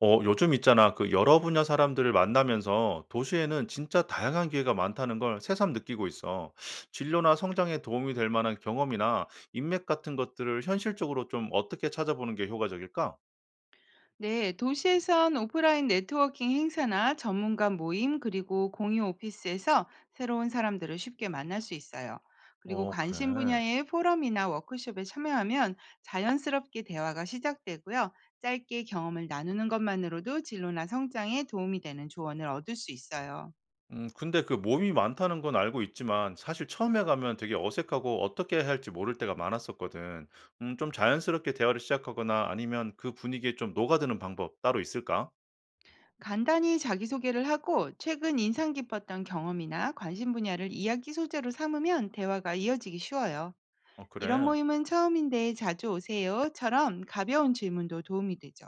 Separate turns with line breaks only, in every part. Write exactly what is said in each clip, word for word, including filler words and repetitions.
어, 요즘 있잖아. 그 여러 분야 사람들을 만나면서 도시에는 진짜 다양한 기회가 많다는 걸 새삼 느끼고 있어. 진로나 성장에 도움이 될 만한 경험이나 인맥 같은 것들을 현실적으로 좀 어떻게 찾아보는 게 효과적일까?
네, 도시에선 오프라인 네트워킹 행사나 전문가 모임, 그리고 공유 오피스에서 새로운 사람들을 쉽게 만날 수 있어요. 그리고
어,
관심
그래.
분야의 포럼이나 워크숍에 참여하면 자연스럽게 대화가 시작되고요. 짧게 경험을 나누는 것만으로도 진로나 성장에 도움이 되는 조언을 얻을 수 있어요.
음, 근데 그 몸이 많다는 건 알고 있지만 사실 처음에 가면 되게 어색하고 어떻게 해야 할지 모를 때가 많았었거든. 음, 좀 자연스럽게 대화를 시작하거나 아니면 그 분위기에 좀 녹아드는 방법 따로 있을까?
간단히 자기소개를 하고 최근 인상 깊었던 경험이나 관심 분야를 이야기 소재로 삼으면 대화가 이어지기 쉬워요.
어,
"이런
그래.
모임은 처음인데 자주 오세요."처럼 가벼운 질문도 도움이 되죠.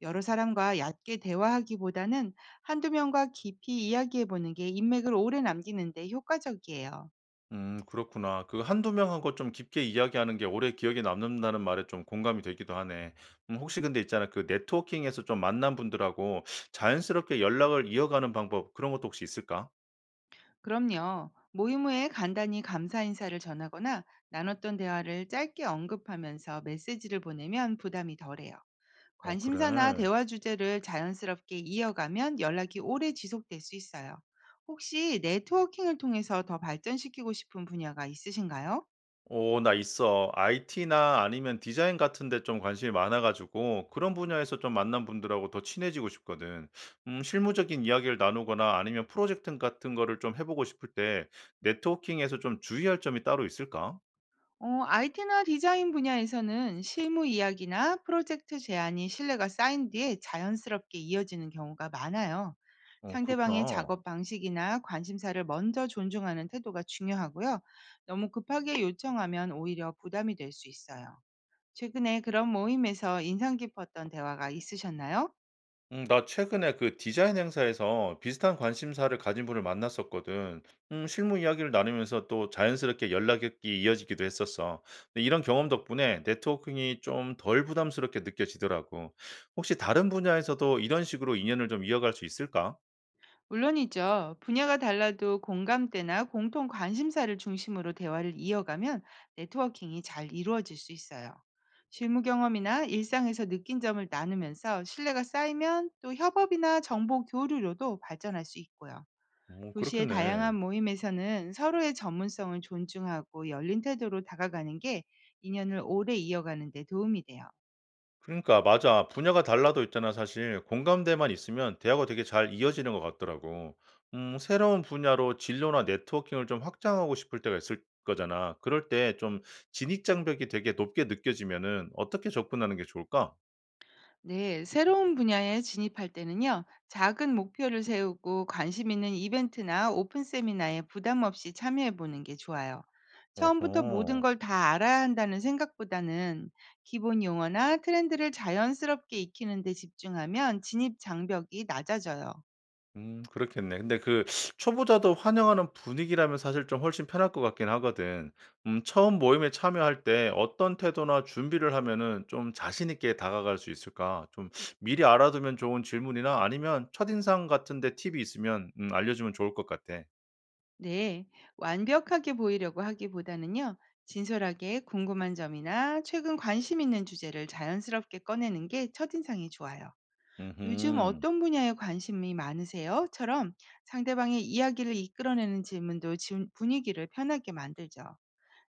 여러 사람과 얕게 대화하기보다는 한두 명과 깊이 이야기해보는 게 인맥을 오래 남기는데 효과적이에요.
음 그렇구나. 그 한두 명 하고 좀 깊게 이야기하는 게 오래 기억에 남는다는 말에 좀 공감이 되기도 하네. 음 혹시 근데 있잖아 그 네트워킹에서 좀 만난 분들하고 자연스럽게 연락을 이어가는 방법 그런 것도 혹시 있을까?
그럼요. 모임 후에 간단히 감사 인사를 전하거나 나눴던 대화를 짧게 언급하면서 메시지를 보내면 부담이 덜해요.
어
관심사나
그래.
대화 주제를 자연스럽게 이어가면 연락이 오래 지속될 수 있어요. 혹시 네트워킹을 통해서 더 발전시키고 싶은 분야가 있으신가요?
오 나 있어. 아이티나 아니면 디자인 같은 데 좀 관심이 많아 가지고 그런 분야에서 좀 만난 분들하고 더 친해지고 싶거든. 음 실무적인 이야기를 나누거나 아니면 프로젝트 같은 거를 좀 해 보고 싶을 때 네트워킹에서 좀 주의할 점이 따로 있을까?
어, 아이티나 디자인 분야에서는 실무 이야기나 프로젝트 제안이 신뢰가 쌓인 뒤에 자연스럽게 이어지는 경우가 많아요.
어
상대방의
그렇구나.
작업 방식이나 관심사를 먼저 존중하는 태도가 중요하고요. 너무 급하게 요청하면 오히려 부담이 될 수 있어요. 최근에 그런 모임에서 인상 깊었던 대화가 있으셨나요?
음, 나 최근에 그 디자인 행사에서 비슷한 관심사를 가진 분을 만났었거든. 음, 실무 이야기를 나누면서 또 자연스럽게 연락이 이어지기도 했었어. 근데 이런 경험 덕분에 네트워킹이 좀 덜 부담스럽게 느껴지더라고. 혹시 다른 분야에서도 이런 식으로 인연을 좀 이어갈 수 있을까?
물론이죠. 분야가 달라도 공감대나 공통 관심사를 중심으로 대화를 이어가면 네트워킹이 잘 이루어질 수 있어요. 실무 경험이나 일상에서 느낀 점을 나누면서 신뢰가 쌓이면 또 협업이나 정보 교류로도 발전할 수 있고요.
오,
도시의
그렇겠네.
다양한 모임에서는 서로의 전문성을 존중하고 열린 태도로 다가가는 게 인연을 오래 이어가는 데 도움이 돼요.
그러니까 맞아. 분야가 달라도 있잖아 사실 공감대만 있으면 대화가 되게 잘 이어지는 것 같더라고. 음 새로운 분야로 진로나 네트워킹을 좀 확장하고 싶을 때가 있을 거잖아. 그럴 때 좀 진입 장벽이 되게 높게 느껴지면은 어떻게 접근하는 게 좋을까?
네, 새로운 분야에 진입할 때는요, 작은 목표를 세우고 관심 있는 이벤트나 오픈 세미나에 부담 없이 참여해 보는 게 좋아요. 처음부터 모든
어허.
걸 다 알아야 한다는 생각보다는 기본 용어나 트렌드를 자연스럽게 익히는 데 집중하면 진입 장벽이 낮아져요.
음 그렇겠네. 근데 그 초보자도 환영하는 분위기라면 사실 좀 훨씬 편할 것 같긴 하거든. 음 처음 모임에 참여할 때 어떤 태도나 준비를 하면은 좀 자신 있게 다가갈 수 있을까? 좀 미리 알아두면 좋은 질문이나 아니면 첫인상 같은 데 팁이 있으면 음 알려주면 좋을 것 같아.
네, 완벽하게 보이려고 하기보다는요, 진솔하게 궁금한 점이나 최근 관심 있는 주제를 자연스럽게 꺼내는 게 첫인상이 좋아요. "요즘
음
어떤 분야에 관심이 많으세요?"처럼 상대방의 이야기를 이끌어내는 질문도 진 분위기를 편하게 만들죠.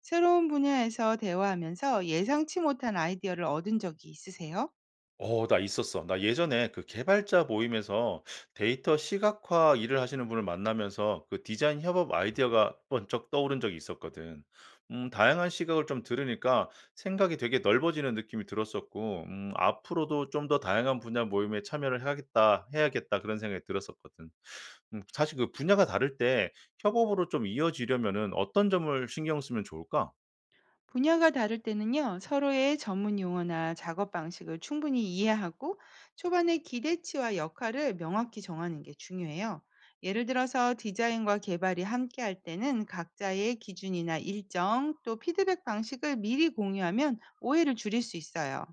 새로운 분야에서 대화하면서 예상치 못한 아이디어를 얻은 적이 있으세요?
어 나 있었어. 나 예전에 그 개발자 모임에서 데이터 시각화 일을 하시는 분을 만나면서 그 디자인 협업 아이디어가 번쩍 떠오른 적이 있었거든. 음 다양한 시각을 좀 들으니까 생각이 되게 넓어지는 느낌이 들었었고 음 앞으로도 좀 더 다양한 분야 모임에 참여를 해야겠다 해야겠다 그런 생각이 들었었거든. 음 사실 그 분야가 다를 때 협업으로 좀 이어지려면은 어떤 점을 신경 쓰면 좋을까?
분야가 다를 때는요, 서로의 전문 용어나 작업 방식을 충분히 이해하고 초반의 기대치와 역할을 명확히 정하는 게 중요해요. 예를 들어서 디자인과 개발이 함께 할 때는 각자의 기준이나 일정 또 피드백 방식을 미리 공유하면 오해를 줄일 수 있어요.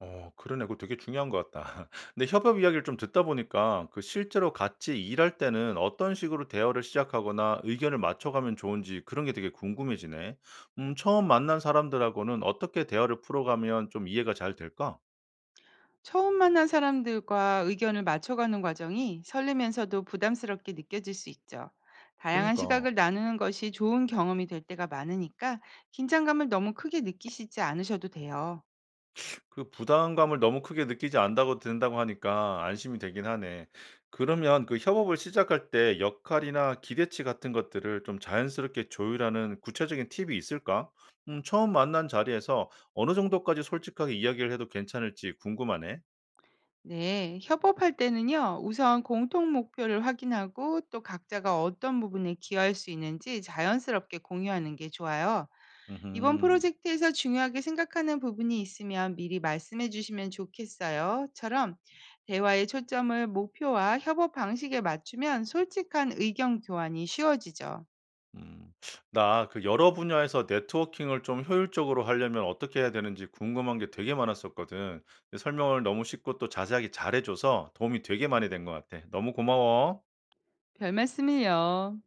어 그러네. 그거 되게 중요한 것 같다. 근데 협업 이야기를 좀 듣다 보니까 그 실제로 같이 일할 때는 어떤 식으로 대화를 시작하거나 의견을 맞춰가면 좋은지 그런 게 되게 궁금해지네. 음 처음 만난 사람들하고는 어떻게 대화를 풀어가면 좀 이해가 잘 될까?
처음 만난 사람들과 의견을 맞춰가는 과정이 설레면서도 부담스럽게 느껴질 수 있죠. 다양한
그니까.
시각을 나누는 것이 좋은 경험이 될 때가 많으니까 긴장감을 너무 크게 느끼시지 않으셔도 돼요.
그 부담감을 너무 크게 느끼지 않다고 든다고 하니까 안심이 되긴 하네. 그러면 그 협업을 시작할 때 역할이나 기대치 같은 것들을 좀 자연스럽게 조율하는 구체적인 팁이 있을까? 음, 처음 만난 자리에서 어느 정도까지 솔직하게 이야기를 해도 괜찮을지 궁금하네.
네, 협업할 때는요, 우선 공통 목표를 확인하고 또 각자가 어떤 부분에 기여할 수 있는지 자연스럽게 공유하는 게 좋아요. "이번
음
프로젝트에서 중요하게 생각하는 부분이 있으면 미리 말씀해 주시면 좋겠어요."처럼 대화의 초점을 목표와 협업 방식에 맞추면 솔직한 의견 교환이 쉬워지죠.
음, 나 그 여러 분야에서 네트워킹을 좀 효율적으로 하려면 어떻게 해야 되는지 궁금한 게 되게 많았었거든. 근데 설명을 너무 쉽고 또 자세하게 잘해줘서 도움이 되게 많이 된 것 같아. 너무 고마워.
별 말씀을요.